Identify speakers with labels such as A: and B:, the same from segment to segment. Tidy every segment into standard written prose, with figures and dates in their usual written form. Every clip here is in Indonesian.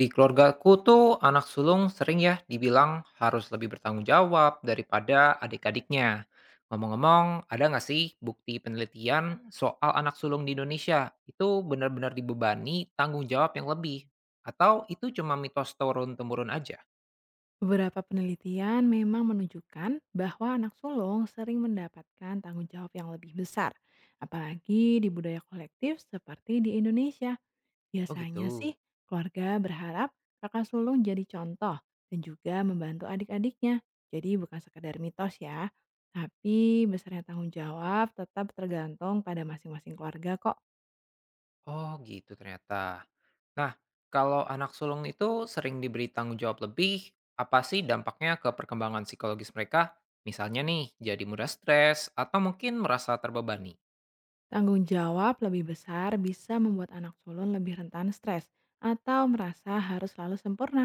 A: Di keluargaku tuh anak sulung sering ya dibilang harus lebih bertanggung jawab daripada adik-adiknya. Ngomong-ngomong, ada nggak sih bukti penelitian soal anak sulung di Indonesia itu benar-benar dibebani tanggung jawab yang lebih? Atau itu cuma mitos turun-temurun aja?
B: Beberapa penelitian memang menunjukkan bahwa anak sulung sering mendapatkan tanggung jawab yang lebih besar, apalagi di budaya kolektif seperti di Indonesia.
A: Oh
B: Biasanya
A: gitu.
B: sih, keluarga berharap kakak sulung jadi contoh dan juga membantu adik-adiknya. Jadi bukan sekedar mitos ya, tapi besarnya tanggung jawab tetap tergantung pada masing-masing keluarga kok.
A: Oh gitu ternyata. Nah, kalau anak sulung itu sering diberi tanggung jawab lebih, apa sih dampaknya ke perkembangan psikologis mereka? Misalnya nih, jadi mudah stres atau mungkin merasa terbebani.
B: Tanggung jawab lebih besar bisa membuat anak sulung lebih rentan stres atau merasa harus selalu sempurna.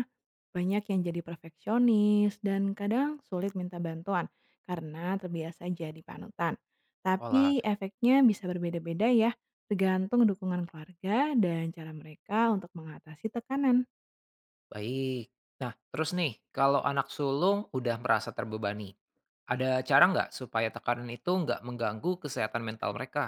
B: Banyak yang jadi perfeksionis dan kadang sulit minta bantuan karena terbiasa jadi panutan.
A: Oalah,
B: Tapi efeknya bisa berbeda-beda ya, tergantung dukungan keluarga dan cara mereka untuk mengatasi tekanan.
A: baik. Nah, terus nih, kalau anak sulung udah merasa terbebani, ada cara nggak supaya tekanan itu nggak mengganggu kesehatan mental mereka?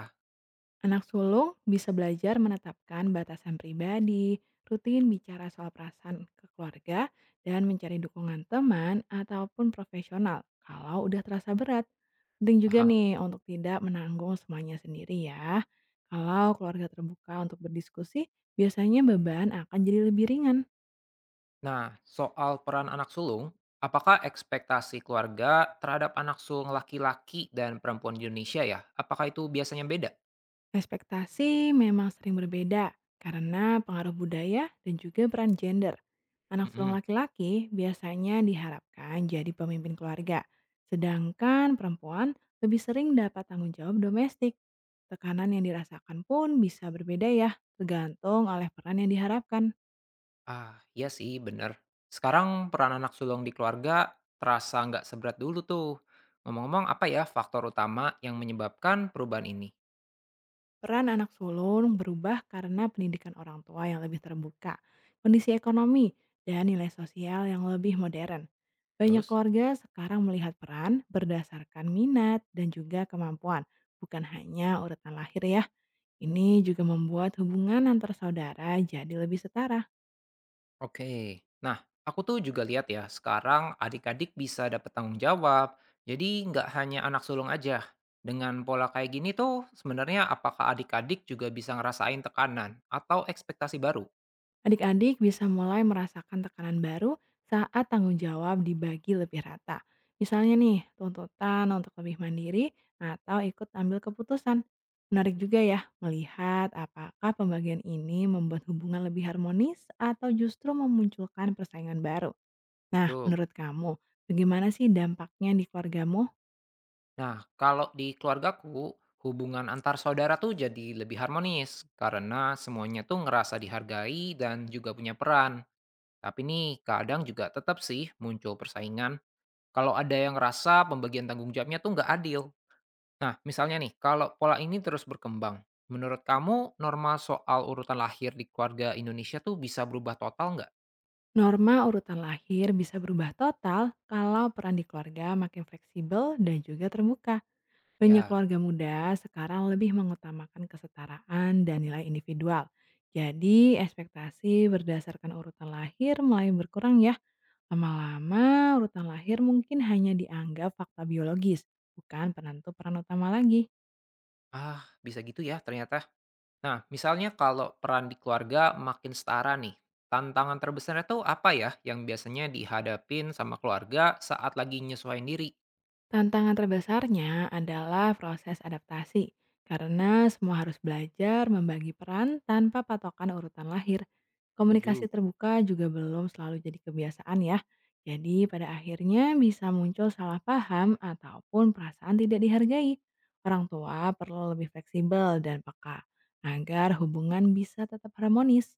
B: Anak sulung bisa belajar menetapkan batasan pribadi, rutin bicara soal perasaan ke keluarga, dan mencari dukungan teman ataupun profesional kalau udah terasa berat. Penting juga
A: Paham.
B: nih untuk tidak menanggung semuanya sendiri ya. Kalau keluarga terbuka untuk berdiskusi, biasanya beban akan jadi lebih ringan.
A: Nah, soal peran anak sulung, apakah ekspektasi keluarga terhadap anak sulung laki-laki dan perempuan di Indonesia ya? Apakah itu biasanya beda?
B: Ekspektasi memang sering berbeda karena pengaruh budaya dan juga peran gender. Anak sulung
A: Mhm.
B: laki-laki biasanya diharapkan jadi pemimpin keluarga, sedangkan perempuan lebih sering dapat tanggung jawab domestik. Tekanan yang dirasakan pun bisa berbeda ya, tergantung oleh peran yang diharapkan.
A: Ah, iya sih, bener. Sekarang peran anak sulung di keluarga terasa nggak seberat dulu tuh. Ngomong-ngomong, apa ya faktor utama yang menyebabkan perubahan ini?
B: Peran anak sulung berubah karena pendidikan orang tua yang lebih terbuka, kondisi ekonomi, dan nilai sosial yang lebih modern. Banyak
A: Terus?
B: keluarga sekarang melihat peran berdasarkan minat dan juga kemampuan, bukan hanya urutan lahir ya. Ini juga membuat hubungan antar saudara jadi lebih setara.
A: Oke. Nah, aku tuh juga lihat ya, sekarang adik-adik bisa dapat tanggung jawab. Jadi nggak hanya anak sulung aja. Dengan pola kayak gini tuh, sebenarnya apakah adik-adik juga bisa ngerasain tekanan atau ekspektasi baru?
B: Adik-adik bisa mulai merasakan tekanan baru saat tanggung jawab dibagi lebih rata. Misalnya nih, tuntutan untuk lebih mandiri atau ikut ambil keputusan. Menarik juga ya melihat apakah pembagian ini membuat hubungan lebih harmonis atau justru memunculkan persaingan baru. Nah,
A: Betul.
B: menurut kamu, bagaimana sih dampaknya di keluargamu?
A: Nah, kalau di keluargaku, hubungan antar saudara tuh jadi lebih harmonis karena semuanya tuh ngerasa dihargai dan juga punya peran. Tapi nih, kadang juga tetap sih muncul persaingan kalau ada yang ngerasa pembagian tanggung jawabnya tuh nggak adil. Nah, misalnya nih, kalau pola ini terus berkembang, menurut kamu norma soal urutan lahir di keluarga Indonesia tuh bisa berubah total nggak?
B: Norma urutan lahir bisa berubah total kalau peran di keluarga makin fleksibel dan juga terbuka. Banyak
A: Ya,
B: keluarga muda sekarang lebih mengutamakan kesetaraan dan nilai individual. Jadi, ekspektasi berdasarkan urutan lahir mulai berkurang ya. Lama-lama, urutan lahir mungkin hanya dianggap fakta biologis, bukan penentu peran utama lagi.
A: ah bisa gitu ya ternyata. Nah, misalnya kalau peran di keluarga makin setara nih, tantangan terbesarnya tuh apa ya yang biasanya dihadapin sama keluarga saat lagi nyesuaiin diri?
B: Tantangan terbesarnya adalah proses adaptasi, karena semua harus belajar membagi peran tanpa patokan urutan lahir. Komunikasi
A: Setuju.
B: terbuka juga belum selalu jadi kebiasaan ya. Jadi pada akhirnya bisa muncul salah paham ataupun perasaan tidak dihargai. Orang tua perlu lebih fleksibel dan peka agar hubungan bisa tetap harmonis.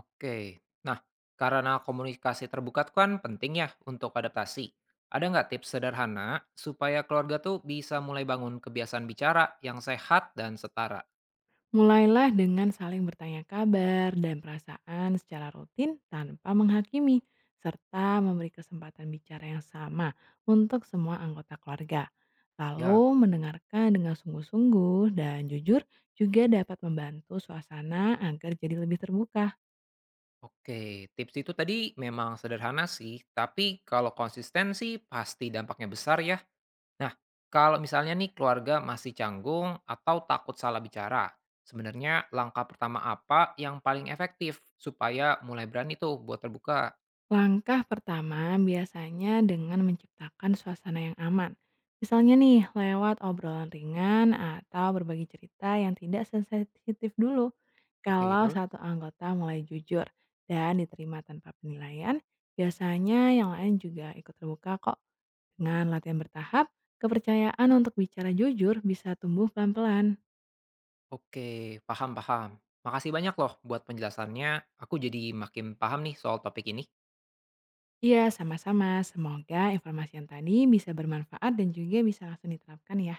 A: Oke, nah, karena komunikasi terbuka tuh kan penting ya untuk adaptasi. Ada nggak tips sederhana supaya keluarga tuh bisa mulai bangun kebiasaan bicara yang sehat dan setara?
B: Mulailah dengan saling bertanya kabar dan perasaan secara rutin tanpa menghakimi, serta memberi kesempatan bicara yang sama untuk semua anggota keluarga.
A: Ya,
B: Lalu mendengarkan dengan sungguh-sungguh dan jujur juga dapat membantu suasana agar jadi lebih terbuka.
A: oke. Tips itu tadi memang sederhana sih, tapi kalau konsistensi pasti dampaknya besar ya. Nah, kalau misalnya nih keluarga masih canggung atau takut salah bicara, sebenarnya langkah pertama apa yang paling efektif supaya mulai berani tuh buat terbuka?
B: Langkah pertama biasanya dengan menciptakan suasana yang aman. Misalnya nih, lewat obrolan ringan atau berbagi cerita yang tidak sensitif dulu.
A: Oke,
B: Kalau
A: terus?
B: satu anggota mulai jujur dan diterima tanpa penilaian, biasanya yang lain juga ikut terbuka kok. Dengan latihan bertahap, kepercayaan untuk bicara jujur bisa tumbuh pelan-pelan.
A: Oke, paham, paham. Makasih banyak loh buat penjelasannya. Aku jadi makin paham nih soal topik ini.
B: Iya, sama-sama. Semoga informasi yang tadi bisa bermanfaat dan juga bisa langsung diterapkan ya.